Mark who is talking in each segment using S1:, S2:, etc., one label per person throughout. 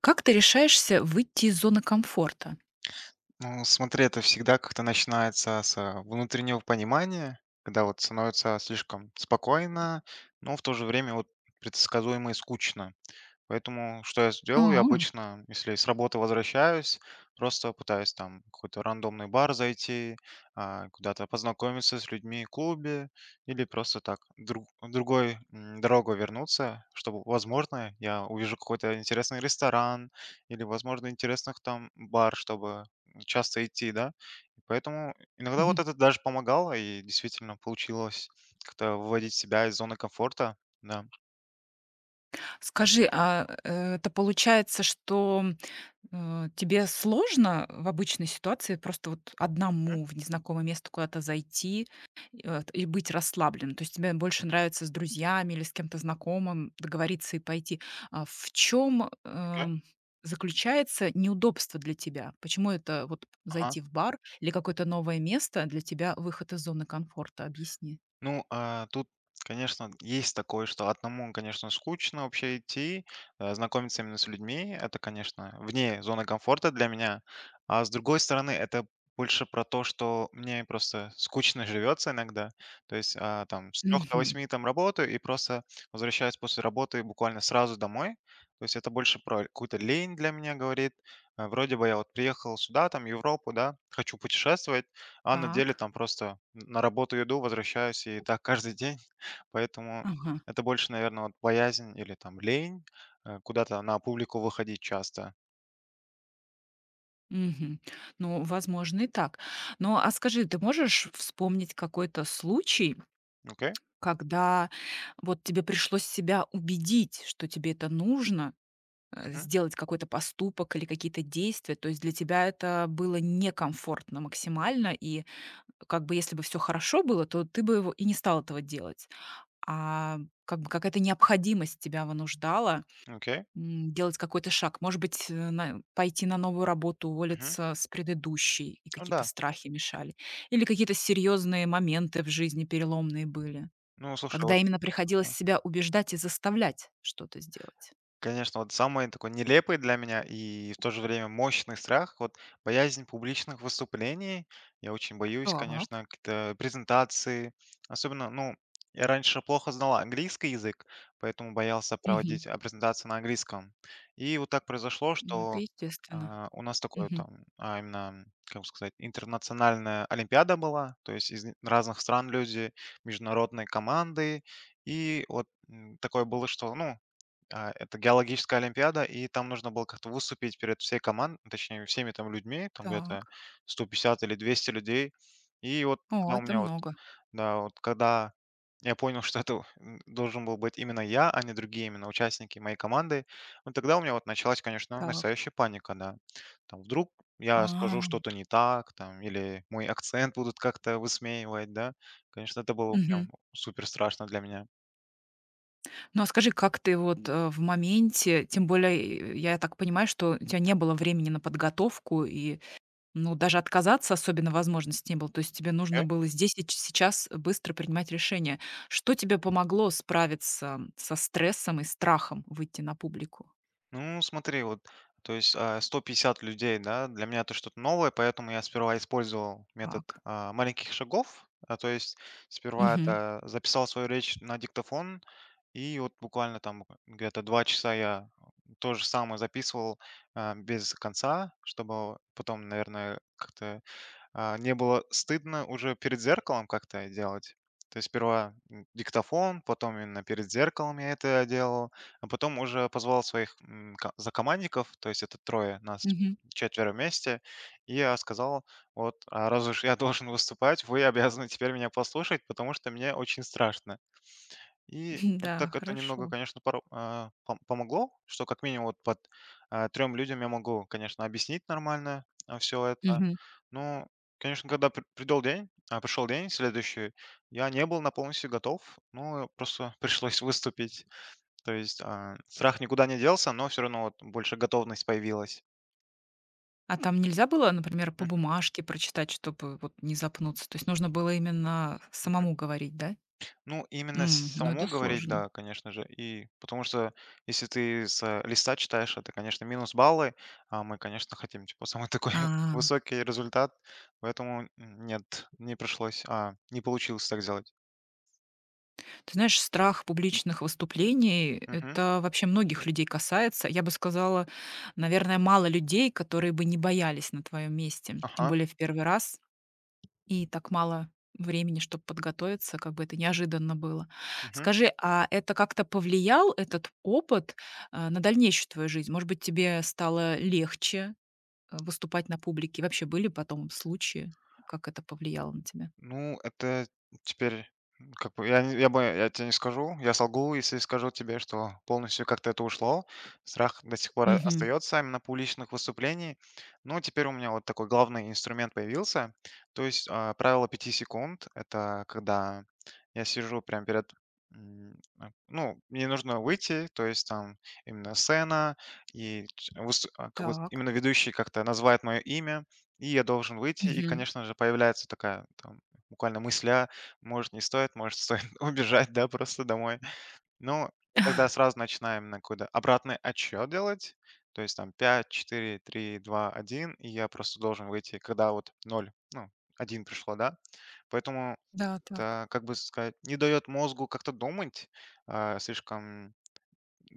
S1: Как ты решаешься выйти из зоны комфорта?
S2: Ну, смотри, это всегда как-то начинается с внутреннего понимания, когда вот становится слишком спокойно, но в то же время вот предсказуемо и скучно. Поэтому что я сделал, я
S1: М.
S2: обычно, если с работы возвращаюсь, просто пытаюсь там в какой-то рандомный бар зайти, куда-то познакомиться с людьми в клубе или просто так друг, другой дорогой вернуться, чтобы, возможно, я увижу какой-то интересный ресторан или, возможно, интересных там бар, чтобы часто идти, да. И поэтому иногда вот
S1: Мгм.
S2: это даже помогало, и действительно получилось как-то выводить себя из зоны комфорта, да.
S1: Скажи, это получается, что, тебе сложно в обычной ситуации просто вот
S2: Мгм,
S1: одному в незнакомое место куда-то зайти, и быть расслабленным? То есть тебе больше нравится с друзьями или с кем-то знакомым договориться и пойти? А в чем
S2: окей.
S1: заключается неудобство для тебя? Почему это вот
S2: Ага.
S1: зайти в бар или какое-то новое место для тебя выход из зоны комфорта? Объясни.
S2: Ну, тут, конечно, есть такое, что одному, конечно, скучно вообще идти, знакомиться именно с людьми. Это, конечно, вне зоны комфорта для меня. А с другой стороны, это больше про то, что мне просто скучно живется иногда. То есть там с 3 до
S1: Мгм.
S2: восьми там работаю и просто возвращаюсь после работы буквально сразу домой. То есть это больше про какую-то лень для меня говорит. Вроде бы я вот приехал сюда, там, Европу, да, хочу путешествовать, а на деле
S1: Так.
S2: там просто на работу иду, возвращаюсь, и так каждый день. Поэтому
S1: Ага.
S2: это больше, наверное, вот боязнь или там лень, куда-то на публику выходить часто.
S1: Мгм. Ну, возможно, и так. Ну, а скажи, ты можешь вспомнить какой-то случай,
S2: Окей.
S1: когда вот тебе пришлось себя убедить, что тебе это нужно,
S2: Мгм.
S1: сделать какой-то поступок или какие-то действия? То есть для тебя это было некомфортно максимально, и как бы если бы все хорошо было, то ты бы его и не стал этого делать. А как бы какая-то необходимость тебя вынуждала
S2: Окей.
S1: Делать какой-то шаг. Может быть, на пойти на новую работу,
S2: Мгм.
S1: уволиться с предыдущей, и
S2: Ну
S1: какие-то
S2: да.
S1: страхи мешали. Или какие-то серьезные моменты в жизни переломные были,
S2: Ну, слушай,
S1: когда
S2: вот
S1: именно
S2: э,
S1: приходилось себя убеждать и заставлять что-то сделать.
S2: конечно, вот самый такой нелепый для меня и в то же время мощный страх, вот боязнь публичных выступлений. Я очень боюсь, конечно,
S1: Так.
S2: какие-то презентации. Особенно, ну, я раньше плохо знал английский язык, поэтому боялся
S1: Мгм.
S2: проводить презентации на английском. И вот так произошло,
S1: Ну, это
S2: что
S1: естественно.
S2: у нас такое
S1: Мгм.
S2: там, именно, как бы сказать, интернациональная олимпиада была, то есть из разных стран люди, международные команды. И вот такое было, что, ну, это геологическая олимпиада, и там нужно было как-то выступить перед всей командой, точнее, всеми там людьми, там где-то
S1: Так.
S2: 150 или 200 людей. И вот когда
S1: О,
S2: у
S1: это
S2: меня вот,
S1: много.
S2: да, вот когда я понял, что это, должен был быть именно я, а не другие именно участники моей команды, вот тогда у меня вот началась, конечно,
S1: Так.
S2: настоящая паника, да. Там вдруг я скажу
S1: А,
S2: что-то не так, там, или мой акцент будут как-то высмеивать, да. Конечно, это было
S1: мгм.
S2: прям супер страшно для меня.
S1: Ну, а скажи, как ты вот, в моменте, тем более, я так понимаю, что у тебя не было времени на подготовку и ну, даже отказаться особенно возможности не было. То есть тебе нужно было здесь и сейчас быстро принимать решение. Что тебе помогло справиться со стрессом и страхом выйти на публику?
S2: Ну, смотри, вот, то есть 150 людей, да, для меня это что-то новое, поэтому я сперва использовал метод
S1: Так.
S2: маленьких шагов, то есть сперва
S1: Мгм.
S2: это записал свою речь на диктофон, и вот буквально там где-то два часа я то же самое записывал без конца, чтобы потом, наверное, как-то не было стыдно уже перед зеркалом как-то делать. То есть сперва диктофон, потом именно перед зеркалом я это делал, а потом уже позвал своих закомандников, то есть это трое нас
S1: Мгм.
S2: четверо вместе, и я сказал, вот, раз уж я должен выступать, вы обязаны теперь меня послушать, потому что мне очень страшно. И
S1: Да,
S2: так это немного,
S1: хорошо.
S2: конечно, поро а, пом помогло, что как минимум вот 3 людям я могу, конечно, объяснить нормально, все это.
S1: Мгм.
S2: Но, конечно, когда придёл день, пришёл день следующий, я не был на полностью готов. Ну, просто пришлось выступить. То есть, страх никуда не делся, но все равно вот больше готовность появилась.
S1: А там нельзя было, например, по бумажке прочитать, чтобы вот не запнуться? То есть нужно было именно самому говорить, да?
S2: Ну, именно с
S1: М, ну,
S2: самому
S1: это
S2: говорить,
S1: сложно.
S2: да, конечно же. И потому что если ты с листа читаешь, это, конечно, минус баллы, а мы, конечно, хотим, типа, самый такой
S1: А.
S2: высокий результат, поэтому нет, не пришлось, не получилось так сделать.
S1: Ты знаешь, страх публичных выступлений —
S2: Мгм.
S1: это вообще многих людей касается. Я бы сказала, наверное, мало людей, которые бы не боялись на твоем месте. Тем
S2: Ага.
S1: более в первый раз и так мало времени, чтобы подготовиться, как бы это неожиданно было.
S2: Мгм.
S1: Скажи, а это как-то повлиял, этот опыт, на дальнейшую твою жизнь? Может быть, тебе стало легче, выступать на публике? Вообще были потом случаи, как это повлияло на тебя?
S2: Ну, это теперь, как бы я не я бы я тебе не скажу, я солгу, если скажу тебе, что полностью как-то это ушло. Страх до сих пор
S1: Мгм.
S2: остается именно публичных выступлений. Но теперь у меня вот такой главный инструмент появился. То есть, правило пяти секунд. Это когда я сижу прямо перед, ну, мне нужно выйти, то есть там именно сцена и как бы
S1: Так.
S2: именно ведущий как-то называет мое имя, и я должен выйти. И,
S1: Мгм.
S2: конечно же, появляется такая буквально мысля, может, не стоит, может, стоит убежать, да, просто домой. Ну, я тогда сразу начинаем на какой-то обратный отсчет делать. То есть там пять, четыре, три, два, один, и я просто должен выйти, когда вот ноль. Ну, один пришло, да. Поэтому
S1: Да, так.
S2: это, как бы сказать, не дает мозгу как-то думать, слишком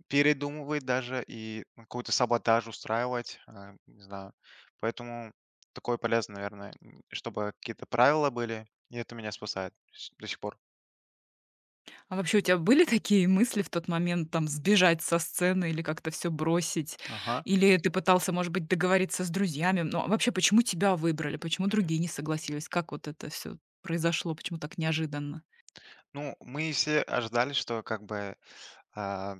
S2: передумывать даже и какой-то саботаж устраивать, не знаю. Поэтому такое полезно, наверное, чтобы какие-то правила были, и это меня спасает до сих пор.
S1: А вообще у тебя были такие мысли в тот момент, там, сбежать со сцены или как-то все бросить?
S2: Ага.
S1: Или ты пытался, может быть, договориться с друзьями? Ну, а вообще, почему тебя выбрали? Почему
S2: Мгм.
S1: другие не согласились? Как вот это все произошло? Почему так неожиданно?
S2: Ну, мы все ожидали, что как бы А,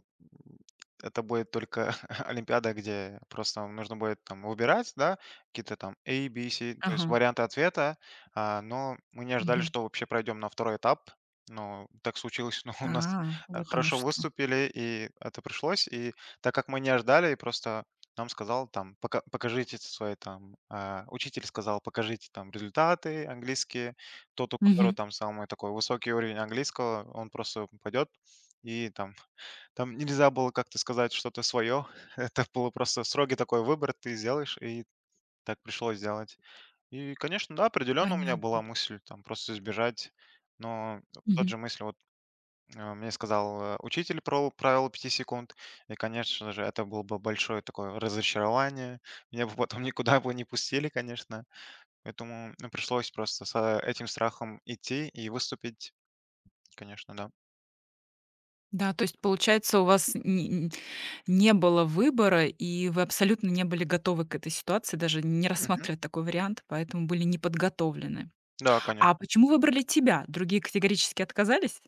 S2: это будет только олимпиада, где просто вам нужно будет там выбирать, да, какие-то там A, B, C, то есть
S1: Ага.
S2: варианты ответа. Но мы не ожидали,
S1: Мгм.
S2: что вообще пройдем на второй этап. Но так случилось, но у
S1: А,
S2: нас
S1: вот оно
S2: хорошо
S1: что.
S2: выступили, и это пришлось. И так как мы не ожидали, просто нам сказал там: «Пока- покажите свои там, учитель сказал, покажите там результаты английские. Тот, у которого
S1: Мгм.
S2: там самый такой высокий уровень английского, он просто пойдет и там нельзя было как-то сказать что-то свое». Это было просто строгий такой выбор, ты сделаешь, и так пришлось делать. И, конечно, да, определенно у меня была
S1: Понятно.
S2: мысль там просто избежать, но в тот
S1: Мгм.
S2: же мысли вот мне сказал учитель про правило пяти секунд, и, конечно же, это было бы большое такое разочарование. Меня бы потом никуда бы не пустили, конечно. Поэтому ну, пришлось просто с этим страхом идти и выступить, конечно, да.
S1: Да, то есть, получается, у вас не было выбора, и вы абсолютно не были готовы к этой ситуации, даже не
S2: Мгм.
S1: рассматривать такой вариант, поэтому были не подготовлены.
S2: Да,
S1: А
S2: конечно.
S1: почему выбрали тебя? Другие категорически отказались?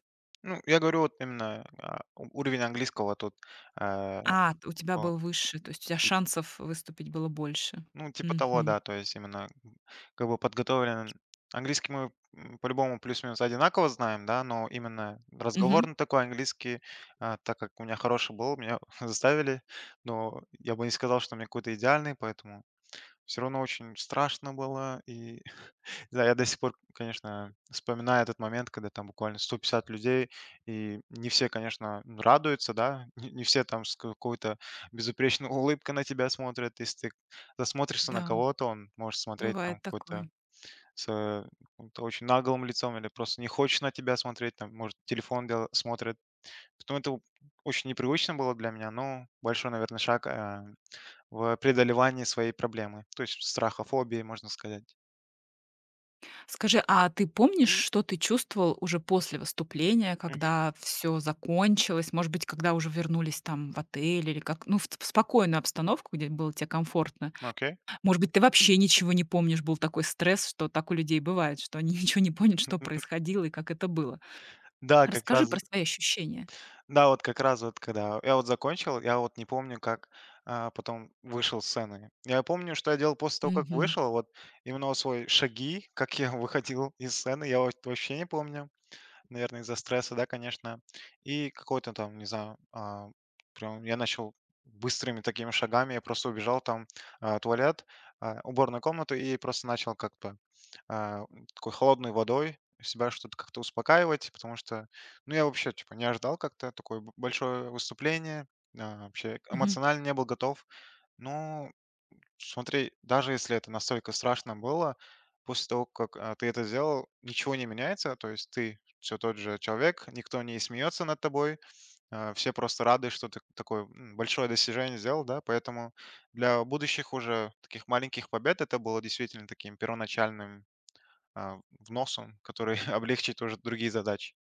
S2: Ну, я говорю вот именно, а, у уровень английского тут, э,
S1: А, т у тебя
S2: о,
S1: был выше, то есть у тебя шансов выступить было больше.
S2: ну, типа того,
S1: Мгм.
S2: да, то есть именно, как бы подготовлен. Английский мы, по-любому плюс-минус одинаково знаем, да, но именно
S1: Мгм.
S2: разговорный такой английский, так как у меня хороший был, меня заставили, но я бы не сказал, что у меня какой-то идеальный, поэтому все равно очень страшно было. И да, я до сих пор, конечно, вспоминаю этот момент, когда там буквально 150 людей, и не все, конечно, радуются, да, не все там с какой-то безупречной улыбкой на тебя смотрят. Если ты засмотришься на
S1: Да,
S2: кого-то, он может смотреть там
S1: бывает
S2: какой-то
S1: такое.
S2: с, э, каким-то очень наглым лицом или просто не хочет на тебя смотреть, там, может, телефон дел смотрит. Поэтому это очень непривычно было для меня, но большой, наверное, шаг, в преодолевании своей проблемы, то есть страха, фобии, можно сказать.
S1: Скажи, а ты помнишь, что ты чувствовал уже после выступления,
S2: Мгм.
S1: когда все закончилось? Может быть, когда уже вернулись там в отель или как? Ну, в т в спокойную обстановку, где было тебе комфортно.
S2: Окей.
S1: Может быть, ты вообще ничего не помнишь, был такой стресс, что так у людей бывает, что они ничего не помнят, что происходило и как это было.
S2: Да, как
S1: Расскажи
S2: раз,
S1: про свои ощущения.
S2: да, вот как раз вот когда я вот закончил, я вот не помню, как, потом вышел с сцены. Я помню, что я делал после того, как
S1: Мгм.
S2: вышел, вот именно вот свои шаги, как я выходил из сцены, я вот вообще не помню. Наверное, из-за стресса, да, конечно. И какой-то там, не знаю, прям я начал быстрыми такими шагами, я просто убежал там туалет, уборную комнату и просто начал как-то а, такой холодной водой себя что-то как-то успокаивать, потому что, ну, я вообще, типа, не ожидал как-то такое большое выступление, вообще
S1: Мгм.
S2: эмоционально не был готов. Но смотри, даже если это настолько страшно было, после того, как ты это сделал, ничего не меняется, то есть ты все тот же человек, никто не смеется над тобой, все просто рады, что ты такое большое достижение сделал, да, поэтому для будущих уже таких маленьких побед это было действительно таким первоначальным вносом, который облегчит уже другие задачи.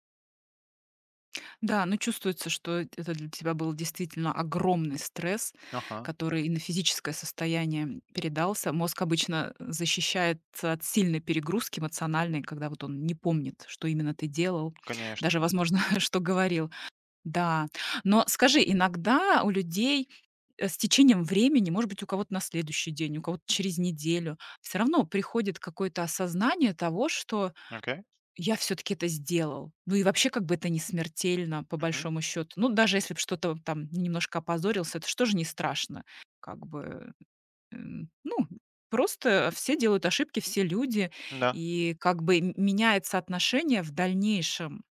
S1: Да, ну чувствуется, что это для тебя был действительно огромный стресс,
S2: Ага,
S1: который и на физическое состояние передался. Мозг обычно защищается от сильной перегрузки эмоциональной, когда вот он не помнит, что именно ты делал,
S2: конечно,
S1: даже,
S2: да.
S1: возможно, что говорил. Да. Но скажи, иногда у людей, с течением времени, может быть, у кого-то на следующий день, у кого-то через неделю, все равно приходит какое-то осознание того, что
S2: Окей,
S1: я все таки это сделал. Ну и вообще, как бы это не смертельно, по
S2: мгм,
S1: большому счету. Ну, даже если б что-то вот там немножко опозорился, это что же не страшно. Как бы, ну, просто все делают ошибки, все люди,
S2: да,
S1: и как бы меняется отношение в дальнейшем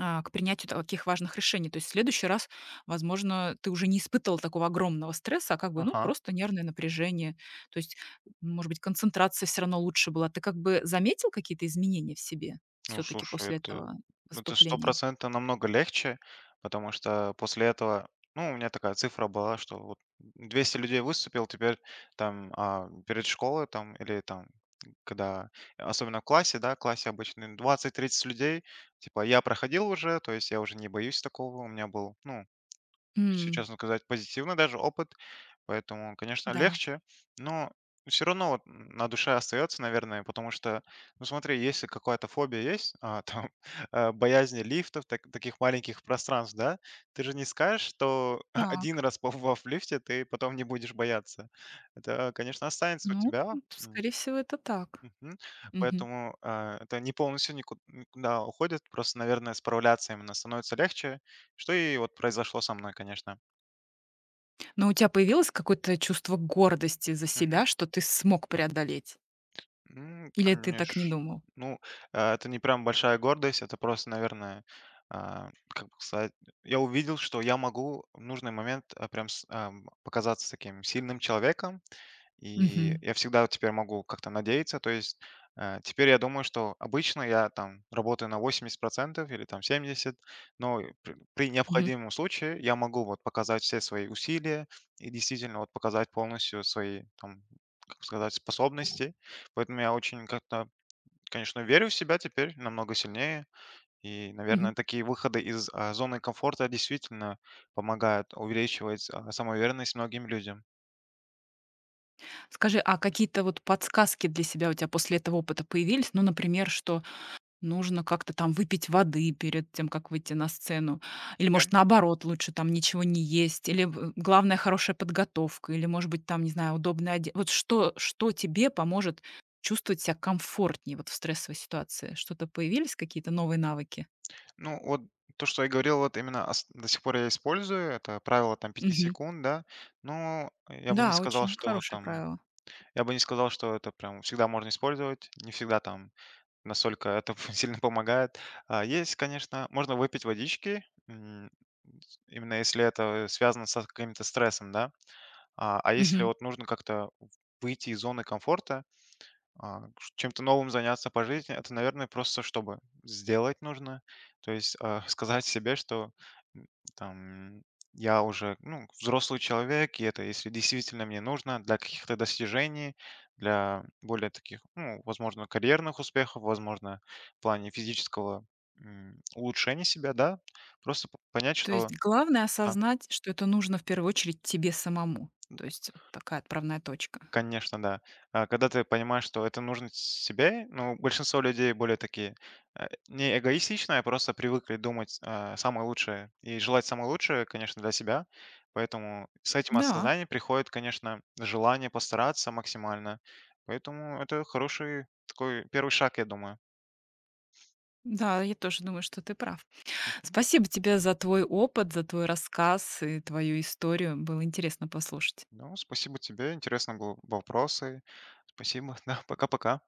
S1: к принятию таких важных решений. То есть в следующий раз, возможно, ты уже не испытывал такого огромного стресса, а как бы, ну,
S2: ага.
S1: просто нервное напряжение. То есть, может быть, концентрация все равно лучше была. Ты как бы заметил какие-то изменения в себе
S2: Ну,
S1: все-таки
S2: слушай,
S1: после
S2: это
S1: этого
S2: это
S1: поступления?
S2: стопроцентно намного легче, потому что после этого, ну, у меня такая цифра была, что вот 200 людей выступил, теперь там перед школой там или там когда, особенно в классе, да, в классе обычно 20-30 людей, типа я проходил уже, то есть я уже не боюсь такого, у меня был, ну, если
S1: М,
S2: честно сказать, позитивный даже опыт, поэтому, конечно,
S1: да.
S2: легче, но все равно вот на душе остается, наверное, потому что, ну смотри, если какая-то фобия есть, там, боязнь лифтов, таких маленьких пространств, да, ты же не скажешь, что один
S1: Так.
S2: раз побывав в лифте, ты потом не будешь бояться. Это, конечно, останется у
S1: Ну,
S2: тебя, м,
S1: скорее всего, это так.
S2: мгм.
S1: Мгм.
S2: Поэтому это не полностью никуда уходит, просто, наверное, справляться именно становится легче, что и вот произошло со мной, конечно.
S1: Но у тебя появилось какое-то чувство гордости за себя, что ты смог преодолеть?
S2: Ну,
S1: Или ты так не
S2: конечно.
S1: думал?
S2: Ну, это не прям большая гордость, это просто, наверное, как бы сказать, я увидел, что я могу в нужный момент прям показаться таким сильным человеком, и
S1: Мгм.
S2: я всегда теперь могу как-то надеяться. То есть теперь я думаю, что обычно я там работаю на 80% или там 70%, но при
S1: Мгм.
S2: необходимом случае я могу вот показать все свои усилия и действительно вот показать полностью свои там, как бы сказать, способности. Поэтому я очень как-то, конечно, верю в себя теперь намного сильнее. И,
S1: Мгм.
S2: наверное, такие выходы из зоны комфорта действительно помогают увеличивать самоуверенность многим людям.
S1: Скажи, а какие-то вот подсказки для себя у тебя после этого опыта появились? Ну, например, что нужно как-то там выпить воды перед тем, как выйти на сцену. Или,
S2: Окей.
S1: может, наоборот, лучше там ничего не есть. Или в- главное хорошая подготовка. Или, может быть, там, не знаю, удобная одежда. Вот что, что тебе поможет чувствовать себя комфортнее вот в стрессовой ситуации? Что-то появились какие-то новые навыки?
S2: Ну, вот то, что я говорил, вот именно до сих пор я использую, это правило там пяти
S1: Мгм.
S2: секунд, да, но я бы не
S1: Да,
S2: сказал,
S1: очень
S2: что
S1: хорошее
S2: там,
S1: правило.
S2: я бы не сказал, что это прям всегда можно использовать, не всегда там насколько это сильно помогает. Есть, конечно, можно выпить водички, м, с именно если это связано с каким-то стрессом, да. А если вот нужно как-то выйти из зоны комфорта, а, ш чем-то новым заняться по жизни — это, наверное, просто чтобы сделать нужно. То есть, сказать себе, что, м, там, я уже, ну, взрослый человек, и это если действительно мне нужно для каких-то достижений, для более таких, ну, возможно, карьерных успехов, возможно, в плане физического, улучшения себя, да. Просто п понять,
S1: То
S2: что,
S1: есть главное
S2: да.
S1: осознать, что это нужно в первую очередь тебе самому. То есть вот такая отправная точка.
S2: Конечно, да. Когда ты понимаешь, что это нужно себе, ну, большинство людей более такие, не эгоистичные, а просто привыкли думать, самое лучшее и желать самое лучшее, конечно, для себя. Поэтому с этим
S1: Да,
S2: осознанием приходит, конечно, желание постараться максимально. Поэтому это хороший такой первый шаг, я думаю.
S1: да, я тоже думаю, что ты прав. Спасибо тебе за твой опыт, за твой рассказ и твою историю. Было интересно послушать.
S2: Ну, спасибо тебе, интересно было вопросы. Спасибо, да, пока-пока.